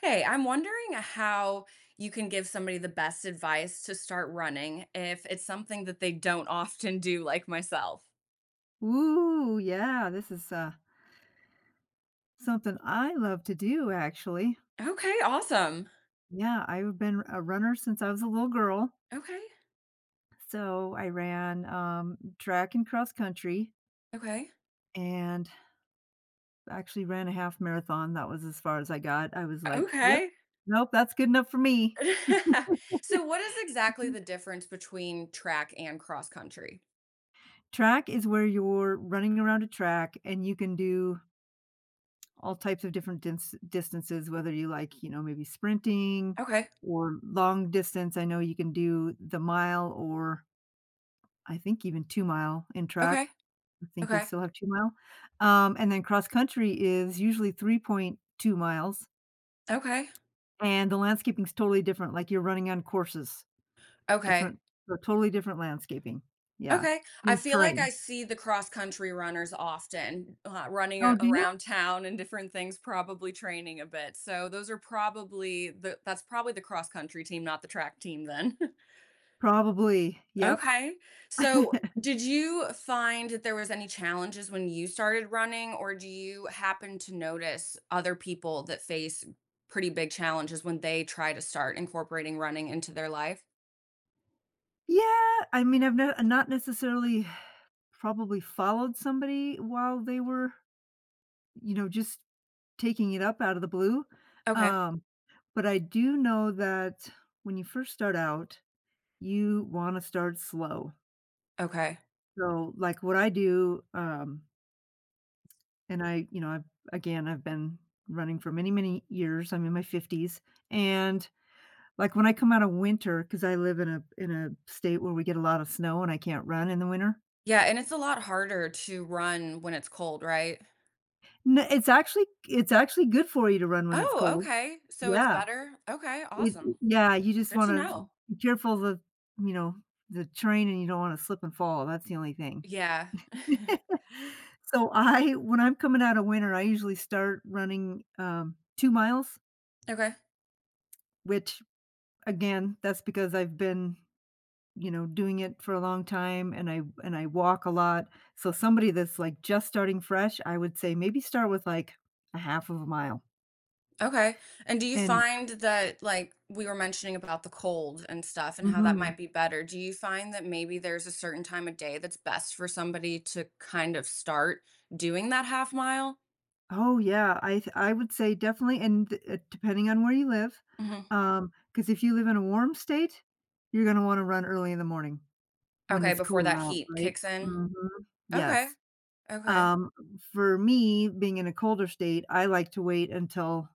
Hey, I'm wondering how you can give somebody the best advice to start running if it's something that they don't often do, like myself. Ooh, yeah, this is, something I love to do, actually. Okay, awesome. Yeah, I've been a runner since I was a little girl. Okay, So, I ran, track and cross country okay, and actually ran a half marathon. That was as far as I got. I was like, "Yep. okay. Nope, that's good enough for me." So, what is exactly the difference between track and cross country? Track is where you're running around a track, and you can do all types of different dins distances, whether you like, you know, maybe sprinting Okay, or long distance. I know you can do the mile or I think even 2 mile in track. okay, I think they okay, still have 2 mile. And then cross country is usually 3.2 miles, okay, and the landscaping's totally different, like you're running on courses, okay. different so totally different landscaping. Yeah, Okay. I and feel like I terrain. see the cross country runners often running Oh, do you? around town and different things, probably training a bit. So those are probably the that's probably the cross country team, not the track team then. Probably, yep. Okay. So did you find that there was any challenges when you started running or do you happen to notice other people that face pretty big challenges when they try to start incorporating running into their life? Yeah, I mean, I've not not necessarily. Probably followed somebody while they were, you know, just taking it up out of the blue, Okay. um, but I do know that when you first start out, you wanna start slow. Okay. So, like, what I do, and I you know, I've I've been running for many, many years. I'm in my 50s, and, like, when I come out of winter, because I live in a state where we get a lot of snow and I can't run in the winter. Yeah, and it's a lot harder to run when it's cold, right? No, it's actually good for you to run when it's Oh, cold. okay. So it's Yeah. better? Okay, It awesome. Yeah, you just Good to wanna know. be careful of, you know, the terrain, and you don't wanna slip and fall. That's the only thing. Yeah. So I when I'm coming out of winter, I usually start running, 2 miles, Okay. which again, that's because I've been, you know, doing it for a long time, and I walk a lot. So somebody that's, like, just starting fresh, I would say maybe start with, like, a half of a mile Okay. And do you and find that, like, we were mentioning about the cold and stuff and how that mhm. might be better? Do you find that maybe there's a certain time of day that's best for somebody to kind of start doing that half mile? Oh, yeah, I would say definitely, and d depending on where you live, Mhm. Because if you live in a warm state, you're gonna wanna run early in the morning when Okay, it's before that cooler out, heat right? kicks in? Mhm, Okay. yes. Okay. Um, for me, being in a colder state, I like to wait until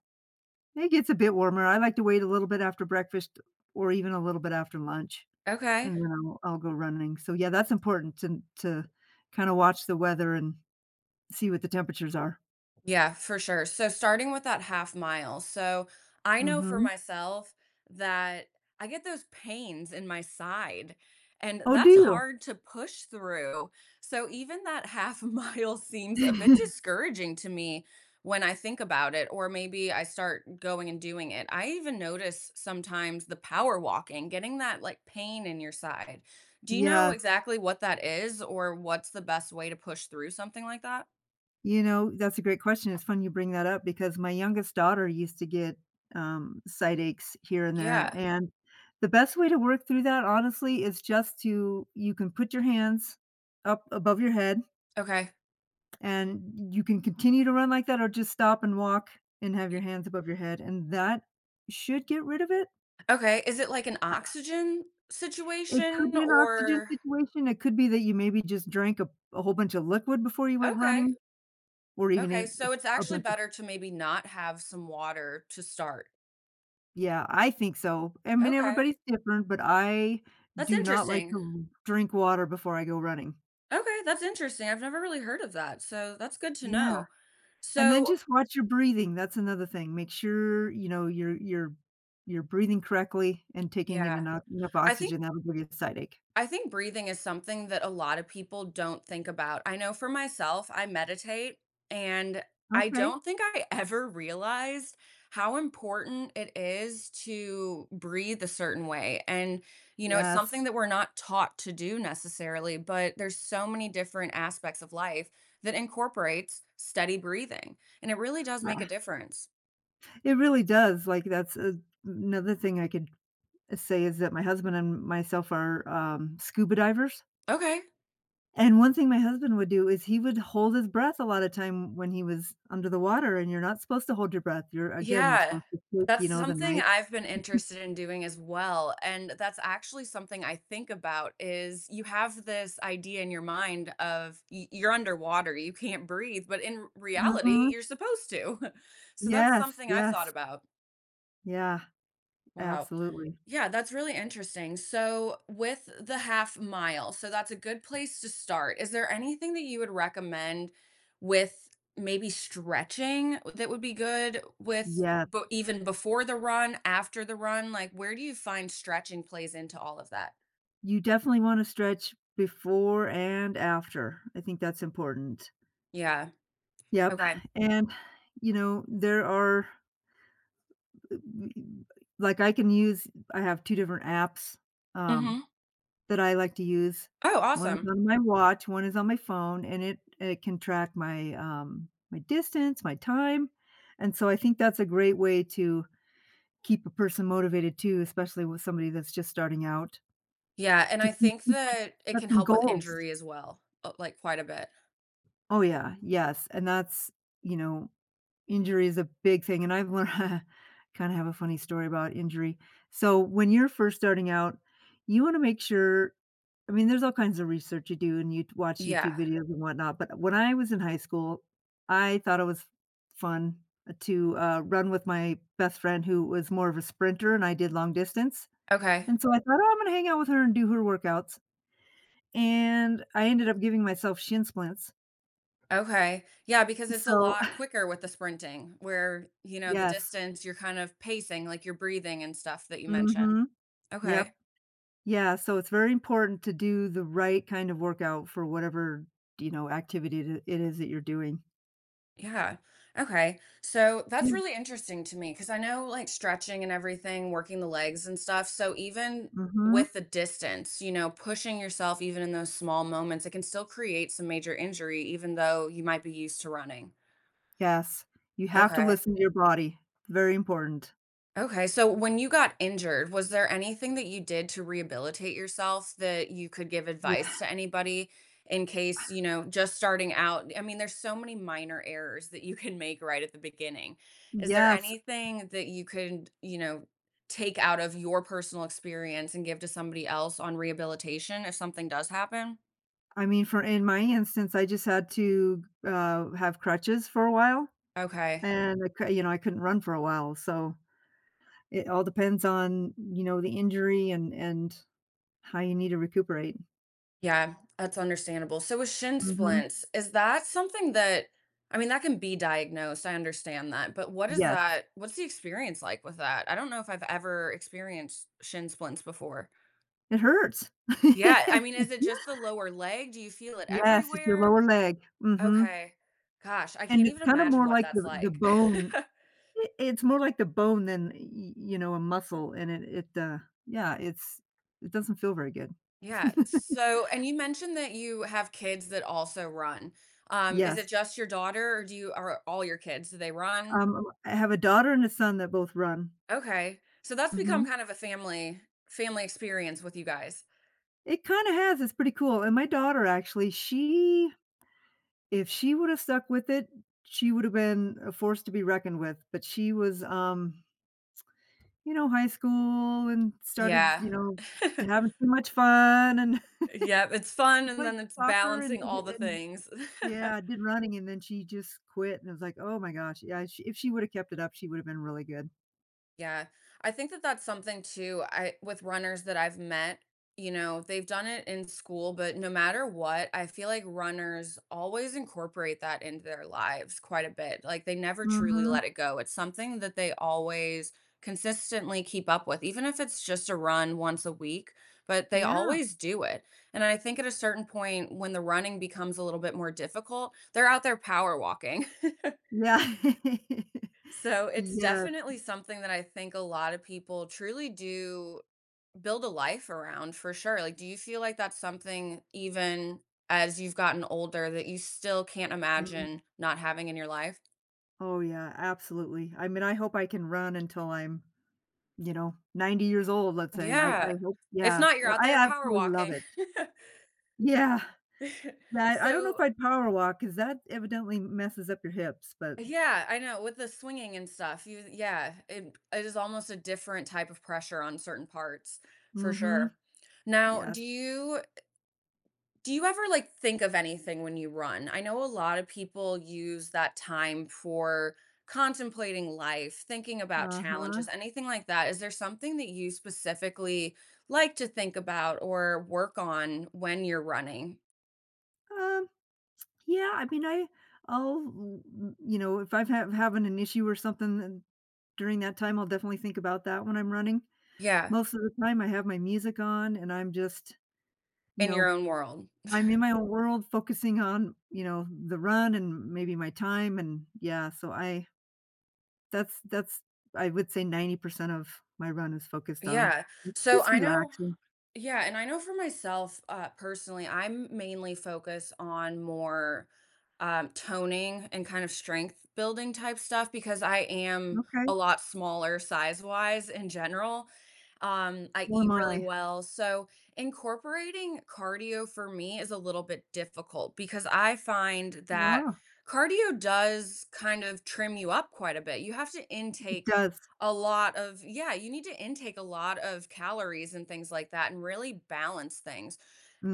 it gets a bit warmer. I like to wait a little bit after breakfast or even a little bit after lunch, Okay. and then I'll go running. So, yeah, that's important to kinda watch the weather and see what the temperatures are. Yeah, for sure. So starting with that half mile. So I know for Mhm. myself that I get those pains in my side, and Oh, do that's you? hard to push through. So even that half mile seems a bit discouraging to me when I think about it, or maybe I start going and doing it. I even notice sometimes the power walking, getting that like pain in your side. Do you know Yes. exactly what that is or what's the best way to push through something like that? You know, that's a great question. It's fun you bring that up because my youngest daughter used to get, side aches here and there, Yeah. and the best way to work through that, honestly, is just to you can put your hands up above your head, Okay. and you can continue to run like that or just stop and walk and have E your hands above your head, and that should get rid of it. Okay, is it like an oxygen It could situation be an oxygen or situation. It could be that you maybe just drank a whole bunch of liquid before you went okay, running or even okay, ate so it's a actually bunch of. better to maybe not have some water to start. Yeah, I think so. I mean, Okay, everybody's different, but I that's do not like interesting. to drink water before I go running. Okay, that's interesting, I've never really heard of that, so that's good to Yeah, know. and then So just watch your breathing, that's another thing. Make sure, you know, you're breathing correctly and taking in yeah, enough I think oxygen. That'll give you a side ache. I think breathing is something that a lot of people don't think about. I know for myself, I meditate, and I Okay. don't think I ever realized how important it is to breathe a certain way. And, you know, it's Yes. something that we're not taught to do necessarily, but there's so many different aspects of life that incorporates steady breathing, and it really does Uh, make a difference. it really does. Like, that's a another thing I could say is that my husband and myself are, scuba divers. Okay. And one thing my husband would do is he would hold his breath a lot of time when he was under the water, and you're not supposed to hold your breath. You're again, you're Yeah. supposed to take, you That's know, the something nice I've been interested in doing as well, and that's actually something I think about is you have this idea in your mind of y you're underwater, you can't breathe, but in reality, mhm. you're supposed to. So that's Yes, something I've thought yes. about. Yeah, Wow. absolutely. Yeah, that's really interesting. So, with the half mile, so that's a good place to start. Is there anything that you would recommend with maybe stretching that would be good with Yeah. but even before the run, after the run? Like, where do you find stretching plays into all of that? You definitely wanna stretch before and after. I think that's important. Yeah. Yep, Okay. and, you know, there are I can use I have 2 different apps, hmm um, that I like to use. Oh, One is awesome. on my watch, one is on my phone, and it can track my, my distance, my time, and so I think that's a great way to keep a person motivated too, especially with somebody that's just starting out, Yeah. And to I think keep that it set can some help with goals. injury as well, like quite a bit. Oh yeah, yes, and that's, you know, injury is a big thing, and I've learned kinda have a funny story about injury. So, when you're first starting out, you wanna make sure, I mean, there's all kinds of research you do, and you watch Yeah. YouTube videos and whatnot, but when I was in high school, I thought it was fun to, run with my best friend who was more of a sprinter, and I did long distance, Okay. and so I thought, "Oh, I'm gonna hang out with her and do her workouts," and I ended up giving myself shin splints. Okay. Yeah, because it's a So lot quicker with the sprinting where, you know, the yes. distance, you're kind of pacing, like you're breathing and stuff that you mentioned. Mhm. Okay. Yep. Yeah, so it's very important to do the right kind of workout for whatever, you know, activity it is that you're doing. Yeah. Okay. So that's Yeah. really interesting to me because I know like stretching and everything, working the legs and stuff. So even Mhm. with the distance, you know, pushing yourself even in those small moments, it can still create some major injury, even though you might be used to running. Yes. You have to Okay. listen to your body. Very important. Okay, so when you got injured, was there anything that you did to rehabilitate yourself that you could give advice Yeah. to anybody in case, you know, just starting out? I mean, there's so many minor errors that you can make right at the beginning. Is there Yes. anything that you could, you know, take out of your personal experience and give to somebody else on rehabilitation if something does happen? I mean, for in my instance, I just had to, have crutches for a while, Okay. and I cou you know, I couldn't run for a while, so it all depends on, you know, the injury and how you need to recuperate. Yeah, that's understandable. So with shin Mhm. splints, is that something that I mean, that can be diagnosed. I understand that. But what is Yes. that? What's the experience like with that? I don't know if I've ever experienced shin splints before. It hurts. Yeah, I mean, is it just the lower leg? Do you feel it Yes, it's your everywhere? lower leg. Mhm. Okay. Gosh, I And can't it's even kinda imagine more what like that's the like. bone. I It's more like the bone than, y you know, a muscle, and it, uh, yeah, it's it doesn't feel very good. Yeah. So, and you mentioned that you have kids that also run. Is it Yes. just your daughter or do you are all your kids, do they run? I have a daughter and a son that both run. Okay. So that's become Mhm. kind of a family experience with you guys. It kinda has. It's pretty cool, and my daughter, actually, she if she woulda stuck with it, she would have been a force to be reckoned with, but she was, you know, high school and started, Yeah. you know, to having too much fun and Yeah, it's fun she and played then it's soccer and balancing all did the and things. yeah, did running, and then she just quit, and I was like, "Oh my gosh." Yeah, she if she would've kept it up, she would've been really good. Yeah. I think that that's something too. I with runners that I've met, you know, they've done it in school, but no matter what, I feel like runners always incorporate that into their lives quite a bit. Like they never truly Mhm. let it go. It's something that they always consistently keep up with, even if it's just a run once a week, but they Yeah. always do it. And I think at a certain point when the running becomes a little bit more difficult, they're out there power walking. Yeah. So it's Yes. definitely something that I think a lot of people truly do build a life around for sure. Like, do you feel like that's something even as you've gotten older that you still can't Mm. imagine not having in your life? Oh, yeah, absolutely. I mean, I hope I can run until I'm, you know, 90 years old, let's say. I Yeah. hope If yeah. not, you're Yeah, out I there power absolutely love walking. it. Yeah. Yeah, I don't know So, if I'd power walk because that evidently messes up your hips, but yeah, I know with the swinging and stuff, you, yeah, it is almost a different type of pressure on certain parts mm for mhm. sure. Now, Yes. Do you ever like think of anything when you run? I know a lot of people use that time for contemplating life, thinking about Uh-huh. challenges, anything like that. Is there something that you specifically like to think about or work on when you're running? Um, yeah, I mean, I'll w you know, if I've have having an issue or something, then during that time, I'll definitely think about that when I'm running. Yeah, Most of the time, I have my music on and I'm just, you in your know, own world. I'm in my own world focusing on, you know, the run and maybe my time and yeah, so I that's I would say 90% of my run is focused on Yeah. So just I know relaxing. Yeah, and I know for myself, personally, I'm mainly focused on more toning and kind of strength building type stuff because I am a Okay. lot smaller size wise in general. I So am eat really I. well. So incorporating cardio for me is a little bit difficult because I find that Wow, cardio does kind of trim you up quite a bit. You have to it intake does. a lot of yeah, you need to intake a lot of calories and things like that and really balance things.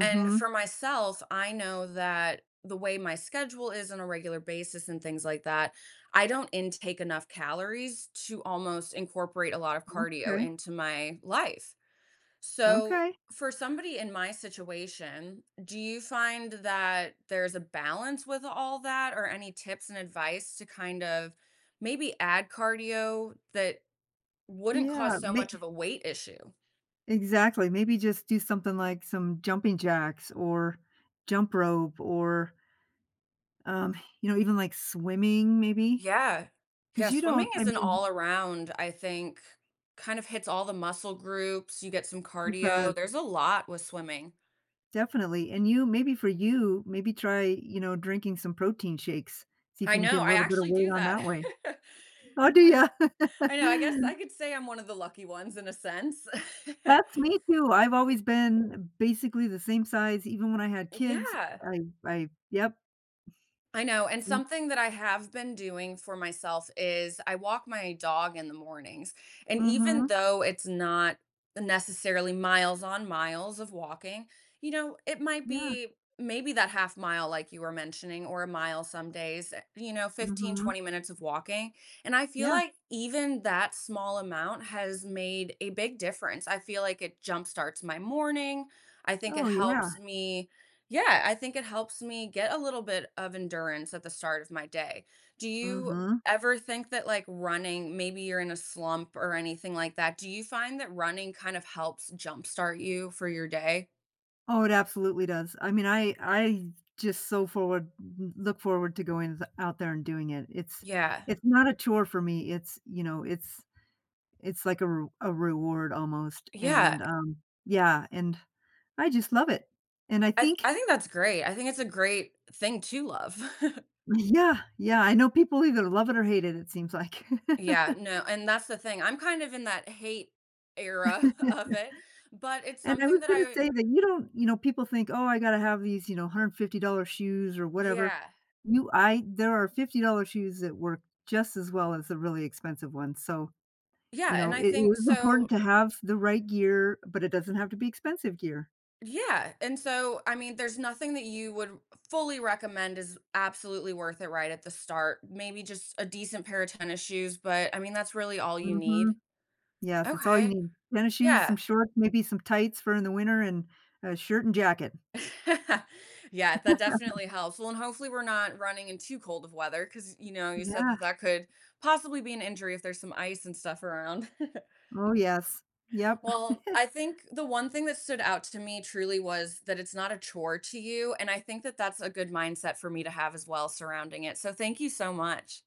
And for myself, I know that the way my schedule is on a regular basis and things like that, I don't intake enough calories to almost incorporate a lot of cardio Okay. into my life. So, Okay. for somebody in my situation, do you find that there's a balance with all that or any tips and advice to kind of maybe add cardio that wouldn't cause Yeah, so ma much of a weight issue. exactly, maybe just do something like some jumping jacks or jump rope or, um, you know, even, like, swimming. Maybe Yeah. Yeah, because you don't, swimming I is an mean, all around, I think, kind of hits all the muscle groups. You get some uh, cardio. There's a lot with swimming. definitely, and you maybe for you, maybe try, you know, drinking some protein shakes, see if I you can know. get a I little bit of actually do weight on that. that way. Oh, do I ya? I know. I guess I could say I'm one of the lucky ones in a sense. That's me too. I've always been basically the same size even when I had kids. Yeah. I I yep, I know, and something that I have been doing for myself is I walk my dog in the mornings. And even mhm, though it's not necessarily miles on miles of walking, you know, it might yeah, be maybe that half mile like you were mentioning or a mile some days, you know, fifteen mhm, twenty minutes of walking. And I feel yeah, like even that small amount has made a big difference. I feel like it jumpstarts my morning. I think it oh, yeah, helps me yeah, I think it helps me get a little bit of endurance at the start of my day. Do you mhm. ever think that like running, maybe you're in a slump or anything like that? Do you find that running kind of helps jumpstart you for your day? Oh, it absolutely does. I mean, I just so forward look forward to going th out there and doing it. Yeah. It's not a chore for me. It's, you know, it's a reward almost, Yeah. and, yeah, and I just love it, and I I think think that's great. I think it's a great thing to love. yeah, yeah, I know people either love it or hate it, it seems like. Yeah, no, and that's the thing. I'm kind of in that hate era of it, but it's And I something was that gonna I, say that you don't, you know, people think, "Oh, I gotta have these, you know, $150 shoes or whatever." yeah, You I There are $50 shoes that work just as well as the really expensive ones, so, yeah, you and know, I it think is so. important to have the right gear, but it doesn't have to be expensive gear. Yeah, and so, I mean, there's nothing that you would fully recommend is absolutely worth it right at the start. Maybe just a decent pair of tennis shoes, but I mean, that's really all you need. Mhm. Yes, it's all you Okay. need. Tennis shoes, some Yeah. shorts, maybe some tights for in the winter, and a shirt and jacket. Yeah, that definitely helps. Well, and hopefully we're not running in too cold of weather because you know, you said Yeah. that that could possibly be an injury if there's some ice and stuff around. Oh, yes. Yep. Well, I think the one thing that stood out to me truly was that it's not a chore to you, and I think that that's a good mindset for me to have as well surrounding it, so thank you so much.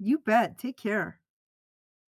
You bet. Take care.